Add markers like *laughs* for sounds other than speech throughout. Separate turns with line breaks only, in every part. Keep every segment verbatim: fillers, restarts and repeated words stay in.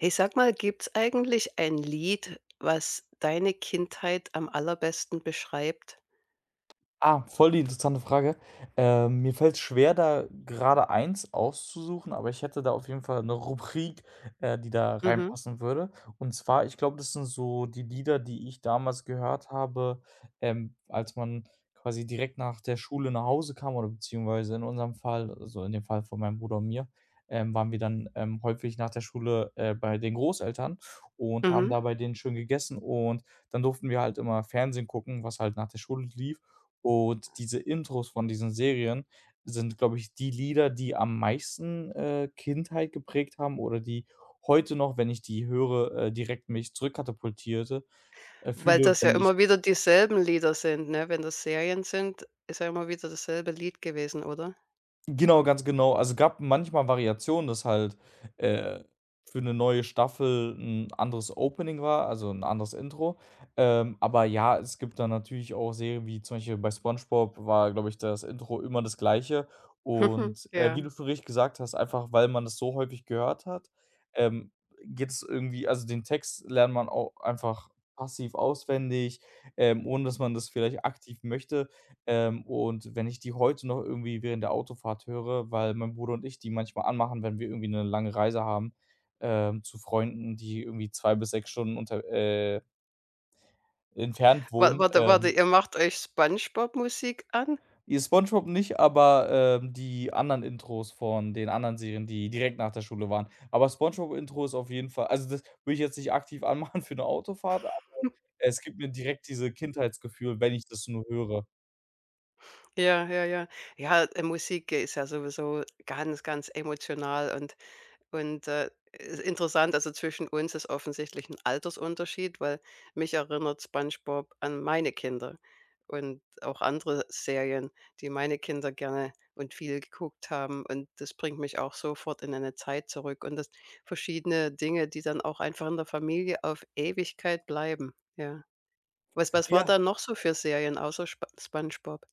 Ich sag mal, gibt's eigentlich ein Lied, was deine Kindheit am allerbesten beschreibt?
Ah, voll die interessante Frage. Ähm, mir fällt's schwer, da gerade eins auszusuchen, aber ich hätte da auf jeden Fall eine Rubrik, äh, die da
Mhm,
reinpassen würde. Und zwar, ich glaube, das sind so die Lieder, die ich damals gehört habe, ähm, als man quasi direkt nach der Schule nach Hause kam oder beziehungsweise in unserem Fall, also in dem Fall von meinem Bruder und mir, ähm, waren wir dann, ähm, häufig nach der Schule, äh, bei den Großeltern und haben
mhm.
da bei denen schön gegessen, und dann durften wir halt immer Fernsehen gucken, was halt nach der Schule lief. Und diese Intros von diesen Serien sind, glaube ich, die Lieder, die am meisten, äh, Kindheit geprägt haben, oder die heute noch, wenn ich die höre, äh, direkt mich zurückkatapultierte äh,
Weil
fühle,
das ja
wenn ich
immer wieder dieselben Lieder sind, ne? Wenn das Serien sind, ist ja immer wieder dasselbe Lied gewesen, oder?
Genau, ganz genau. Also, gab manchmal Variationen, dass halt, äh, für eine neue Staffel ein anderes Opening war, also ein anderes Intro. Ähm, aber ja, es gibt dann natürlich auch Serien wie zum Beispiel bei SpongeBob war, glaube ich, das Intro immer das Gleiche.
*laughs*
Und, äh, wie
Ja.
du schon richtig gesagt hast, einfach weil man das so häufig gehört hat, ähm, geht es irgendwie, also den Text lernt man auch einfach passiv auswendig, ähm, ohne dass man das vielleicht aktiv möchte. Ähm, und wenn ich die heute noch irgendwie während der Autofahrt höre, weil mein Bruder und ich die manchmal anmachen, wenn wir irgendwie eine lange Reise haben, ähm, zu Freunden, die irgendwie zwei bis sechs Stunden unter äh, entfernt
Wa
wohnen.
warte warte,
Ähm,
ihr macht euch SpongeBob-Musik an?
die SpongeBob nicht, aber, ähm, die anderen Intros von den anderen Serien, die direkt nach der Schule waren. Aber SpongeBob-Intro ist auf jeden Fall, also das würde ich jetzt nicht aktiv anmachen für eine Autofahrt, es gibt mir direkt diese Kindheitsgefühl, wenn ich das nur höre.
Ja, ja, ja. Ja, äh, Musik ist ja sowieso ganz, ganz emotional und Und, äh, ist interessant, also zwischen uns ist offensichtlich ein Altersunterschied, weil mich erinnert SpongeBob an meine Kinder und auch andere Serien, die meine Kinder gerne und viel geguckt haben. Und das bringt mich auch sofort in eine Zeit zurück und das verschiedene Dinge, die dann auch einfach in der Familie auf Ewigkeit bleiben, ja. Was was war
Ja.
da noch so für Serien außer Spo SpongeBob?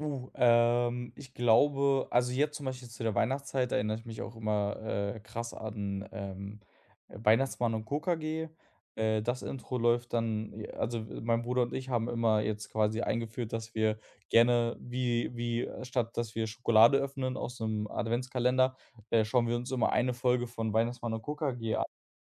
Uh, ähm, ich glaube, also jetzt zum Beispiel zu der Weihnachtszeit erinnere ich mich auch immer, äh, krass an, ähm, Weihnachtsmann und Co. K G. Äh, das Intro läuft dann ja, also mein Bruder und ich haben immer jetzt quasi eingeführt, dass wir gerne wie wie äh, statt dass wir Schokolade öffnen aus einem Adventskalender, äh, schauen wir uns immer eine Folge von Weihnachtsmann und Co. K G an,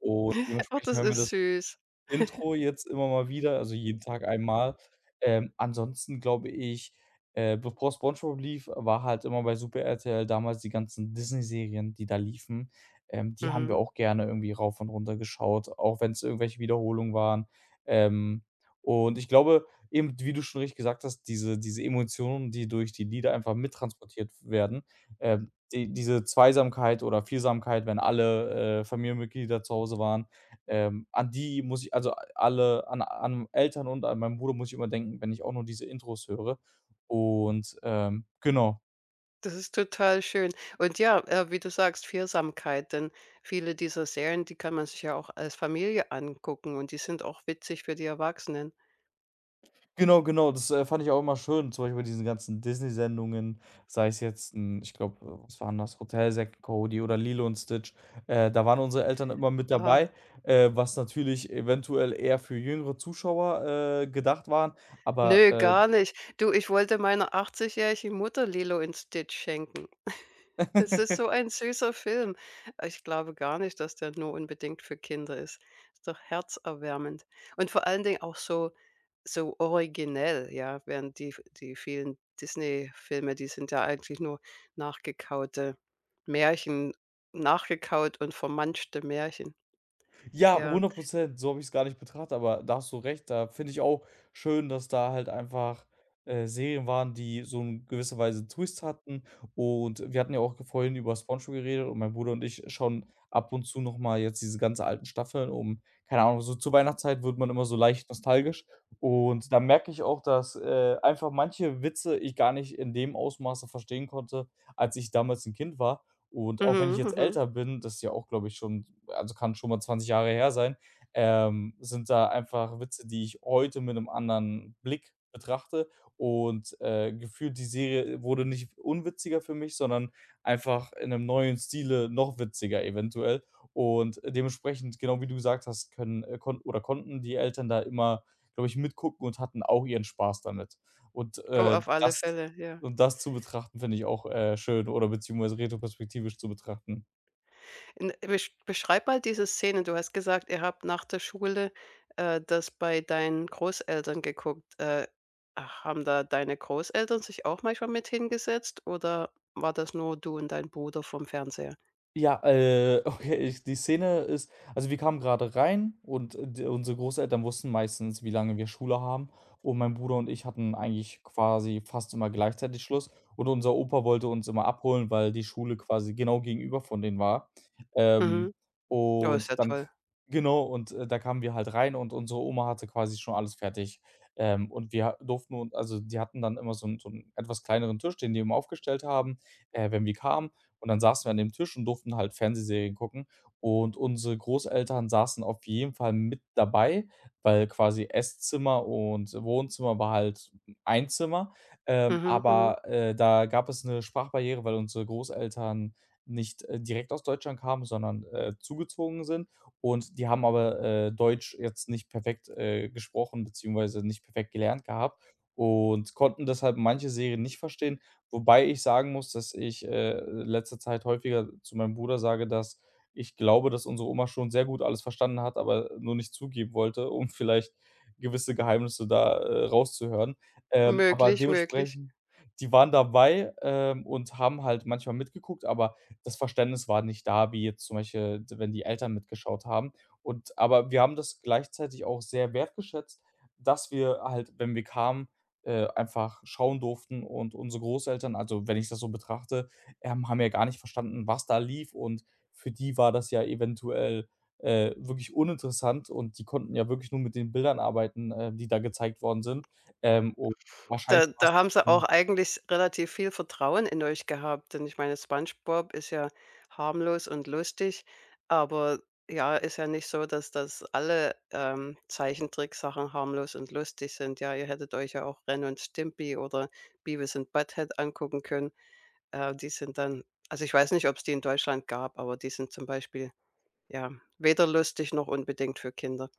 und
*laughs* Oh,
dementsprechend
das
hören wir
ist
das
süß.
Intro jetzt immer mal wieder, also jeden Tag einmal. Ähm, ansonsten, glaube ich, äh, bevor SpongeBob lief, war halt immer bei Super R T L damals die ganzen Disney-Serien, die da liefen. Ähm, die haben wir
Mhm.
auch gerne irgendwie rauf und runter geschaut, auch wenn's irgendwelche Wiederholungen waren. Ähm, und ich glaube eben, wie du schon richtig gesagt hast, diese diese Emotionen, die durch die Lieder einfach mittransportiert werden, ähm, die diese Zweisamkeit oder Viersamkeit, wenn alle, äh, Familienmitglieder zu Hause waren, ähm, an die muss ich, also alle an an Eltern und an meinen Bruder, muss ich immer denken, wenn ich auch nur diese Intros höre. Und, ähm, genau.
Das ist total schön. Und ja, äh, wie du sagst, Vielsamkeit, denn viele dieser Serien, die kann man sich ja auch als Familie angucken und die sind auch witzig für die Erwachsenen.
Genau, genau, das, äh, fand ich auch immer schön, zum Beispiel bei diesen ganzen Disney-Sendungen, sei es jetzt 'n, ich glaube, äh, was waren das? Hotel Zack und Cody oder Lilo und Stitch. Äh, da waren unsere Eltern immer mit
Ah,
dabei, äh, was natürlich eventuell eher für jüngere Zuschauer, äh, gedacht waren, aber,
nö,
äh
gar nicht. Du, ich wollte meiner achtzig-jährigen Mutter Lilo und Stitch schenken. *laughs* Das ist so
*laughs*
ein süßer Film. Äh, Ich glaube gar nicht, dass der nur unbedingt für Kinder ist. Ist doch herzerwärmend. Und vor allen Dingen auch so so originell, ja, während die die vielen Disney-Filme, die sind ja eigentlich nur nachgekaute Märchen, nachgekaut und vermanschte Märchen.
ja,
Ja.
hundert Prozent. So habe ich es gar nicht betrachtet, aber da hast du recht. Da finde ich auch schön, dass da halt einfach, äh, Serien waren, die so in gewisser Weise 'n Twist hatten. Und wir hatten ja auch ge vorhin über SpongeBob geredet, und mein Bruder und ich schauen ab und zu noch mal jetzt diese ganzen alten Staffeln, um, keine Ahnung, so zur Weihnachtszeit wird man immer so leicht nostalgisch. Und da merke ich auch, dass, äh, einfach manche Witze ich gar nicht in dem Ausmaße verstehen konnte, als ich damals 'n Kind war. Und auch wenn ich
Mhm,
jetzt
mhm.
älter bin, das ist ja auch, glaube ich, schon, also kann schon mal zwanzig Jahre her sein, ähm, sind da einfach Witze, die ich heute mit einem anderen Blick betrachte, und, äh, gefühlt die Serie wurde nicht unwitziger für mich, sondern einfach in einem neuen Stile noch witziger eventuell. Und dementsprechend, genau wie du gesagt hast, können, äh kon oder konnten die Eltern da immer, glaube ich, mitgucken und hatten auch ihren Spaß damit. Und,
Oh,
äh,
auf alle
das
Fälle, ja.
und das zu betrachten, finde ich auch, äh, schön, oder beziehungsweise retroperspektivisch zu betrachten.
N besch Beschreib mal diese Szene. Du hast gesagt, ihr habt nach der Schule, äh, das bei deinen Großeltern geguckt. Äh, ach, haben da deine Großeltern sich auch manchmal mit hingesetzt oder war das nur du und dein Bruder vom Fernseher?
Ja, äh, *laughs* okay, ich, die Szene ist, also wir kamen gerade rein und äh, d unsere Großeltern wussten meistens, wie lange wir Schule haben, und mein Bruder und ich hatten eigentlich quasi fast immer gleichzeitig Schluss, und unser Opa wollte uns immer abholen, weil die Schule quasi genau gegenüber von denen war. Ähm,
Mhm. Oh,
und
ist ja
dann k
toll.
Genau, und, äh, da kamen wir halt rein und unsere Oma hatte quasi schon alles fertig. Ähm, und wir ha- durften nun, also die hatten dann immer so 'n so 'n etwas kleineren Tisch, den die immer aufgestellt haben, äh, wenn wir kamen, und dann saßen wir an dem Tisch und durften halt Fernsehserien gucken. Und unsere Großeltern saßen auf jeden Fall mit dabei, weil quasi Esszimmer und Wohnzimmer war halt ein Zimmer. Ähm,
Mhm, mhm.
aber, äh, da gab es eine Sprachbarriere, weil unsere Großeltern nicht, äh, direkt aus Deutschland kamen, sondern, äh, zugezogen sind. Und die haben aber, äh, Deutsch jetzt nicht perfekt, äh, gesprochen, beziehungsweise nicht perfekt gelernt gehabt, und konnten deshalb manche Serien nicht verstehen. Wobei ich sagen muss, dass ich, äh, letzter Zeit häufiger zu meinem Bruder sage, dass ich glaube, dass unsere Oma schon sehr gut alles verstanden hat, aber nur nicht zugeben wollte, *laughs* um vielleicht gewisse Geheimnisse da, äh, rauszuhören. Ähm, aber
Möglich, möglich.
dementsprechend, die waren dabei, ähm, und haben halt manchmal mitgeguckt, aber das Verständnis war nicht da, wie jetzt zum Beispiel, d wenn die Eltern mitgeschaut haben. Und aber wir haben das gleichzeitig auch sehr wertgeschätzt, dass wir halt, wenn wir kamen, äh, einfach schauen durften, und unsere Großeltern, also, wenn ich das so betrachte, ähm, haben ja gar nicht verstanden, was da lief, und für die war das ja eventuell, äh, wirklich uninteressant, und die konnten ja wirklich nur mit den Bildern arbeiten, äh, die da gezeigt worden sind. Ähm, und wahrscheinlich
Da
war's
da haben sie auch eigentlich relativ viel Vertrauen in euch gehabt, denn ich meine, SpongeBob ist ja harmlos und lustig, aber ja, ist ja nicht so, dass das alle, ähm, Zeichentricksachen harmlos und lustig sind. Ja, ihr hättet euch ja auch Ren und Stimpy oder Beavis und Butthead angucken können. Äh, die sind dann also, ich weiß nicht, ob es die in Deutschland gab, aber die sind zum Beispiel ja weder lustig noch unbedingt für Kinder.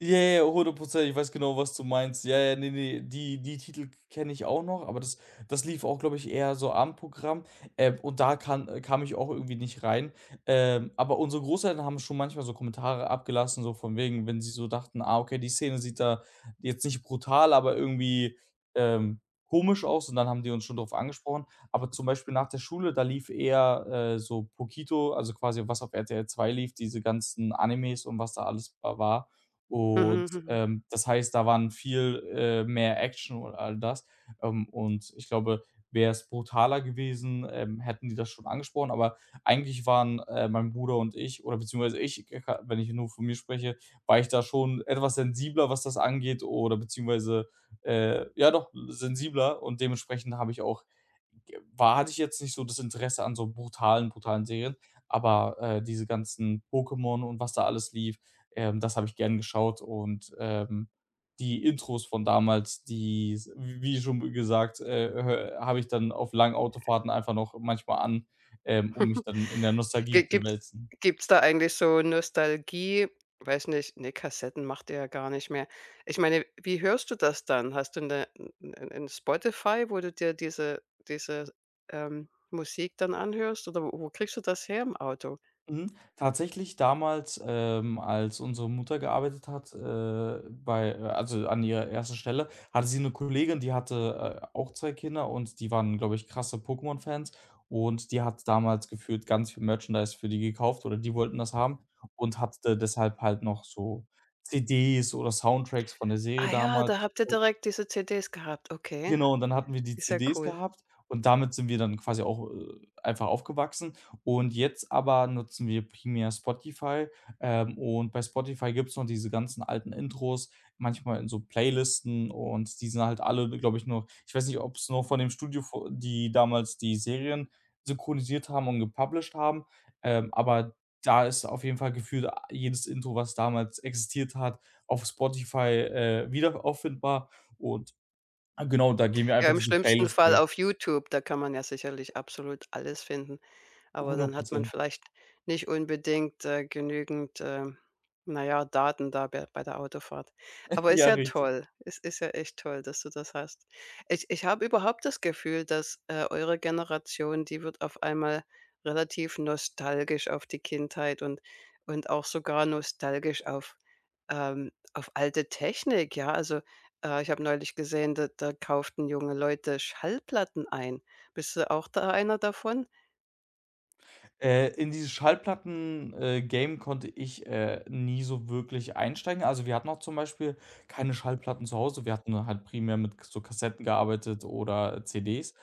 Ja, ja, ja, hundert Prozent. Ich weiß genau, was du meinst. Ja, ja, nee, ne, die die Titel kenne ich auch noch, aber das das lief auch, glaube ich, eher so Abendprogramm, ähm, und da kann äh, kam ich auch irgendwie nicht rein. Ähm, aber unsere Großeltern haben schon manchmal so Kommentare abgelassen, so von wegen, wenn sie so dachten: „Ah, okay, die Szene sieht da jetzt nicht brutal, aber irgendwie, ähm, komisch aus“, und dann haben die uns schon darauf angesprochen. Aber zum Beispiel nach der Schule, da lief eher, äh, so Pokito, also quasi was auf R T L zwei lief, diese ganzen Animes und was da alles war. Und,
Mhm, mhm.
ähm, das heißt, da waren viel, äh, mehr Action und all das. Ähm, und ich glaube, wäre es brutaler gewesen, ähm, hätten die das schon angesprochen, aber eigentlich waren, äh, mein Bruder und ich, oder beziehungsweise ich, g ka wenn ich nur von mir spreche, war ich da schon etwas sensibler, was das angeht, oder beziehungsweise, äh, ja doch, sensibler, und dementsprechend habe ich auch war hatte ich jetzt nicht so das Interesse an so brutalen, brutalen Serien, aber, äh, diese ganzen Pokémon und was da alles lief, ähm, das habe ich gern geschaut, und, ähm, die Intros von damals, die s w wie schon gesagt, äh, habe ich dann auf langen Autofahrten einfach noch manchmal an, ähm, um mich dann in der
Gi
Nostalgie zu
Gibt's,
wälzen.
gibt's da eigentlich so Nostalgie, weiß nicht, ne, Kassetten macht ihr ja gar nicht mehr. Ich meine, wie hörst du das dann? Hast du 'ne 'n Spotify, wo du dir diese diese, ähm, Musik dann anhörst oder wo wo kriegst du das her im Auto?
Mhm. Tatsächlich damals, ähm, als unsere Mutter gearbeitet hat, äh, bei äh, also an ihrer ersten Stelle, hatte sie eine Kollegin, die hatte, äh, auch zwei Kinder, und die waren, glaube ich, krasse Pokémon-Fans, und die hat damals gefühlt ganz viel Merchandise für die gekauft, oder die wollten das haben, und hatte deshalb halt noch so C Ds oder Soundtracks von der Serie
Ah ja, da
damals
habt ihr direkt diese C Ds gehabt. Okay,
Genau, und dann hatten wir die
ist ja
C Ds
cool.
gehabt, und damit sind wir dann quasi auch, äh, einfach aufgewachsen. Und jetzt aber nutzen wir primär Spotify, ähm, und bei Spotify gibt's noch diese ganzen alten Intros, manchmal in so Playlisten, und die sind halt alle, glaube ich, noch, ich weiß nicht, ob's noch von dem Studio vo die damals die Serien synchronisiert haben und gepublished haben, ähm, aber da ist auf jeden Fall gefühlt a jedes Intro, was damals existiert hat, auf Spotify, äh, wieder auffindbar, und Ah, genau, da gehen wir
Ja,
einfach
im
diese
schlimmsten
Playlist
Fall
durch.
auf YouTube, da kann man ja sicherlich absolut alles finden, aber
hundert
dann hat man vielleicht nicht unbedingt, äh, genügend, ähm, na ja, Daten da bei bei der Autofahrt.
*laughs*
Aber ist
Ja,
ja
richtig.
toll. Es ist ja echt toll, dass du das hast. Ich ich habe überhaupt das Gefühl, dass, äh, eure Generation, die wird auf einmal relativ nostalgisch auf die Kindheit und und auch sogar nostalgisch auf ähm, auf alte Technik, ja. Also, äh, ich habe neulich gesehen, da da kauften junge Leute Schallplatten ein. Bist du auch da einer davon?
Äh, in dieses Schallplatten äh, Game konnte ich, äh, nie so wirklich einsteigen. Also, wir hatten auch zum Beispiel keine Schallplatten zu Hause. Wir hatten halt primär mit so Kassetten gearbeitet oder C Ds.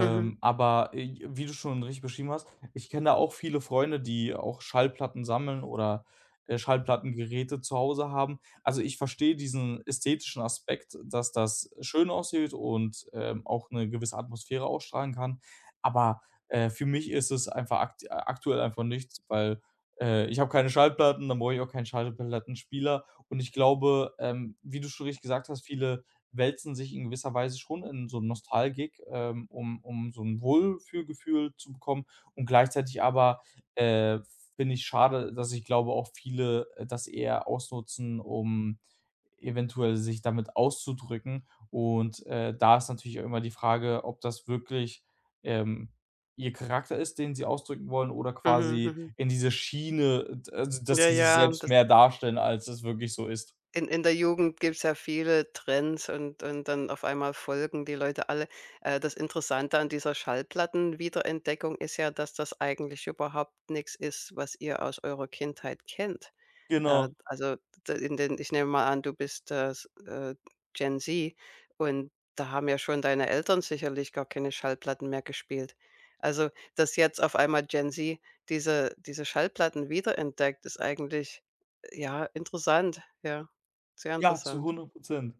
Mhm,
aber, äh, Wie du schon richtig beschrieben hast, ich kenne da auch viele Freunde, die auch Schallplatten sammeln, oder, äh, Schallplattengeräte zu Hause haben. Also, ich verstehe diesen ästhetischen Aspekt, dass das schön aussieht und, ähm, auch eine gewisse Atmosphäre ausstrahlen kann. Aber äh, für mich ist es einfach akt aktuell einfach nichts, weil, äh, ich habe keine Schallplatten, dann brauche ich auch keinen Schallplattenspieler. Und ich glaube, ähm, wie du schon richtig gesagt hast, viele wälzen sich in gewisser Weise schon in so 'n Nostalgik, ähm, um um so ein Wohlfühlgefühl zu bekommen. Und gleichzeitig aber, äh, finde ich schade, dass ich glaube, auch viele, äh, das eher ausnutzen, um eventuell sich damit auszudrücken. Und, äh, da ist natürlich auch immer die Frage, ob das wirklich, ähm Ihr Charakter ist, den sie ausdrücken wollen oder
mhm,
quasi
mhm.
in diese Schiene, d also, dass
Ja,
sie sich
ja,
selbst
das
mehr darstellen, als es wirklich so ist.
in in der Jugend gibt es ja viele Trends und und dann auf einmal folgen die Leute alle. Äh, das Interessante an dieser Schallplattenwiederentdeckung ist ja, dass das eigentlich überhaupt nichts ist, was ihr aus eurer Kindheit kennt. Äh,
Genau.
also, d In den, ich nehme mal an, du bist, äh, s äh, Gen Z, und da haben ja schon deine Eltern sicherlich gar keine Schallplatten mehr gespielt. Also, dass jetzt auf einmal Gen Z diese diese Schallplatten wiederentdeckt, ist eigentlich, äh, ja, interessant, ja, sehr
Ja, zu
interessant.
hundert Prozent.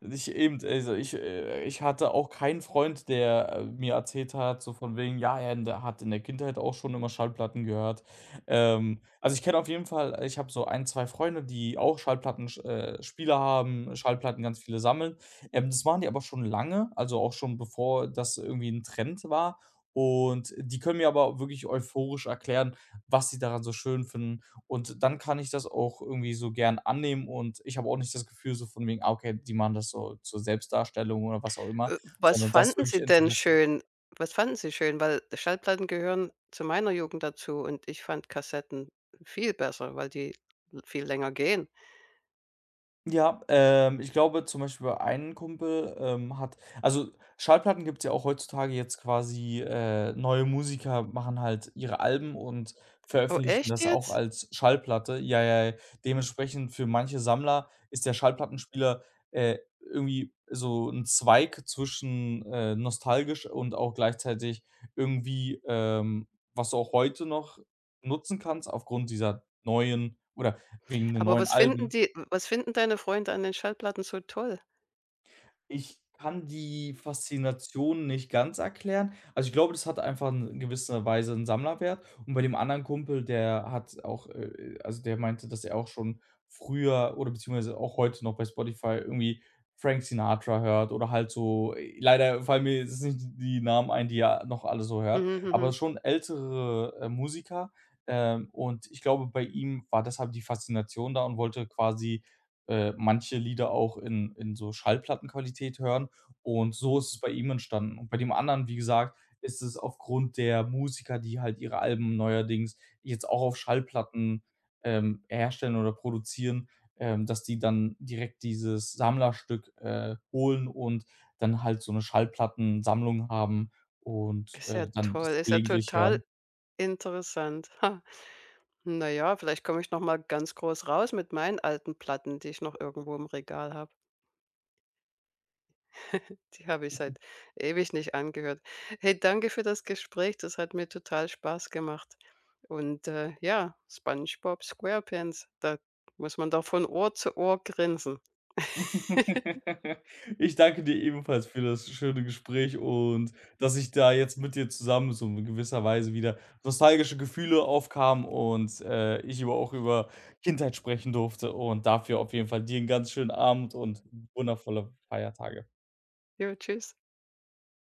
Ich eben, also ich äh, Ich hatte auch keinen Freund, der, äh, mir erzählt hat, so von wegen, ja, er in der hat in der Kindheit auch schon immer Schallplatten gehört. Ähm, also, ich kenne auf jeden Fall äh, ich habe so ein zwei Freunde, die auch Schallplatten äh, Spieler haben, Schallplatten ganz viele sammeln. Ähm, das machen die aber schon lange, also auch schon bevor das irgendwie ein Trend war. Und die können mir aber wirklich euphorisch erklären, was sie daran so schön finden. Und dann kann ich das auch irgendwie so gern annehmen und ich habe auch nicht das Gefühl so von wegen: „Ah, okay, die machen das so zur Selbstdarstellung“ oder was auch immer,
Äh, was
sondern das ist
fanden
wirklich
sie denn
Interesse.
schön? Was fanden sie schön? Weil Schallplatten gehören zu meiner Jugend dazu und ich fand Kassetten viel besser, weil die l viel länger gehen.
Ja, ähm, ich glaube zum Beispiel ein Kumpel, ähm, hat also Schallplatten gibt es ja auch heutzutage jetzt quasi, äh neue Musiker machen halt ihre Alben und
Oh,
veröffentlichen
echt
das auch
jetzt?
als Schallplatte. Ja, ja, ja. Dementsprechend für manche Sammler ist der Schallplattenspieler, äh, irgendwie so ein Zweig zwischen, äh, nostalgisch und auch gleichzeitig irgendwie, ähm, was du auch heute noch nutzen kannst aufgrund dieser neuen oder wegen den
Aber
neuen
was finden
Alben.
die, was finden deine Freunde an den Schallplatten so toll?
Ich kann die Faszination nicht ganz erklären. Also, ich glaube, das hat einfach 'n in gewisser Weise 'n Sammlerwert. Und bei dem anderen Kumpel, der hat auch äh, also, der meinte, dass er auch schon früher oder beziehungsweise auch heute noch bei Spotify irgendwie Frank Sinatra hört oder halt so leider fallen mir jetzt nicht die Namen ein, die er noch alle so hört,
Mhm,
aber
mhm.
schon ältere, äh, Musiker. Ähm, und ich glaube, bei ihm war deshalb die Faszination da und wollte quasi äh, manche Lieder auch in in so Schallplattenqualität hören und so ist es bei ihm entstanden. Und bei dem anderen, wie gesagt, ist es aufgrund der Musiker, die halt ihre Alben neuerdings jetzt auch auf Schallplatten, ähm, herstellen oder produzieren, ähm, dass die dann direkt dieses Sammlerstück, äh, holen und dann halt so eine Schallplattensammlung haben und,
Ist ja
äh, dann
toll,
das
ist ja
gelegentlich
total
hören.
interessant. Ha. Na ja, vielleicht komme ich noch mal ganz groß raus mit meinen alten Platten, die ich noch irgendwo im Regal habe. *laughs* Die habe ich seit ewig nicht angehört. Hey, danke für das Gespräch. Das hat mir total Spaß gemacht. Und, äh, ja, SpongeBob SquarePants, da muss man doch von Ohr zu Ohr grinsen. *laughs*
*laughs* Ich danke dir ebenfalls für das schöne Gespräch und dass ich da jetzt mit dir zusammen so in gewisser Weise wieder nostalgische Gefühle aufkam und, äh, ich über auch über Kindheit sprechen durfte und dafür auf jeden Fall dir einen ganz schönen Abend und wundervolle Feiertage.
Jo, tschüss.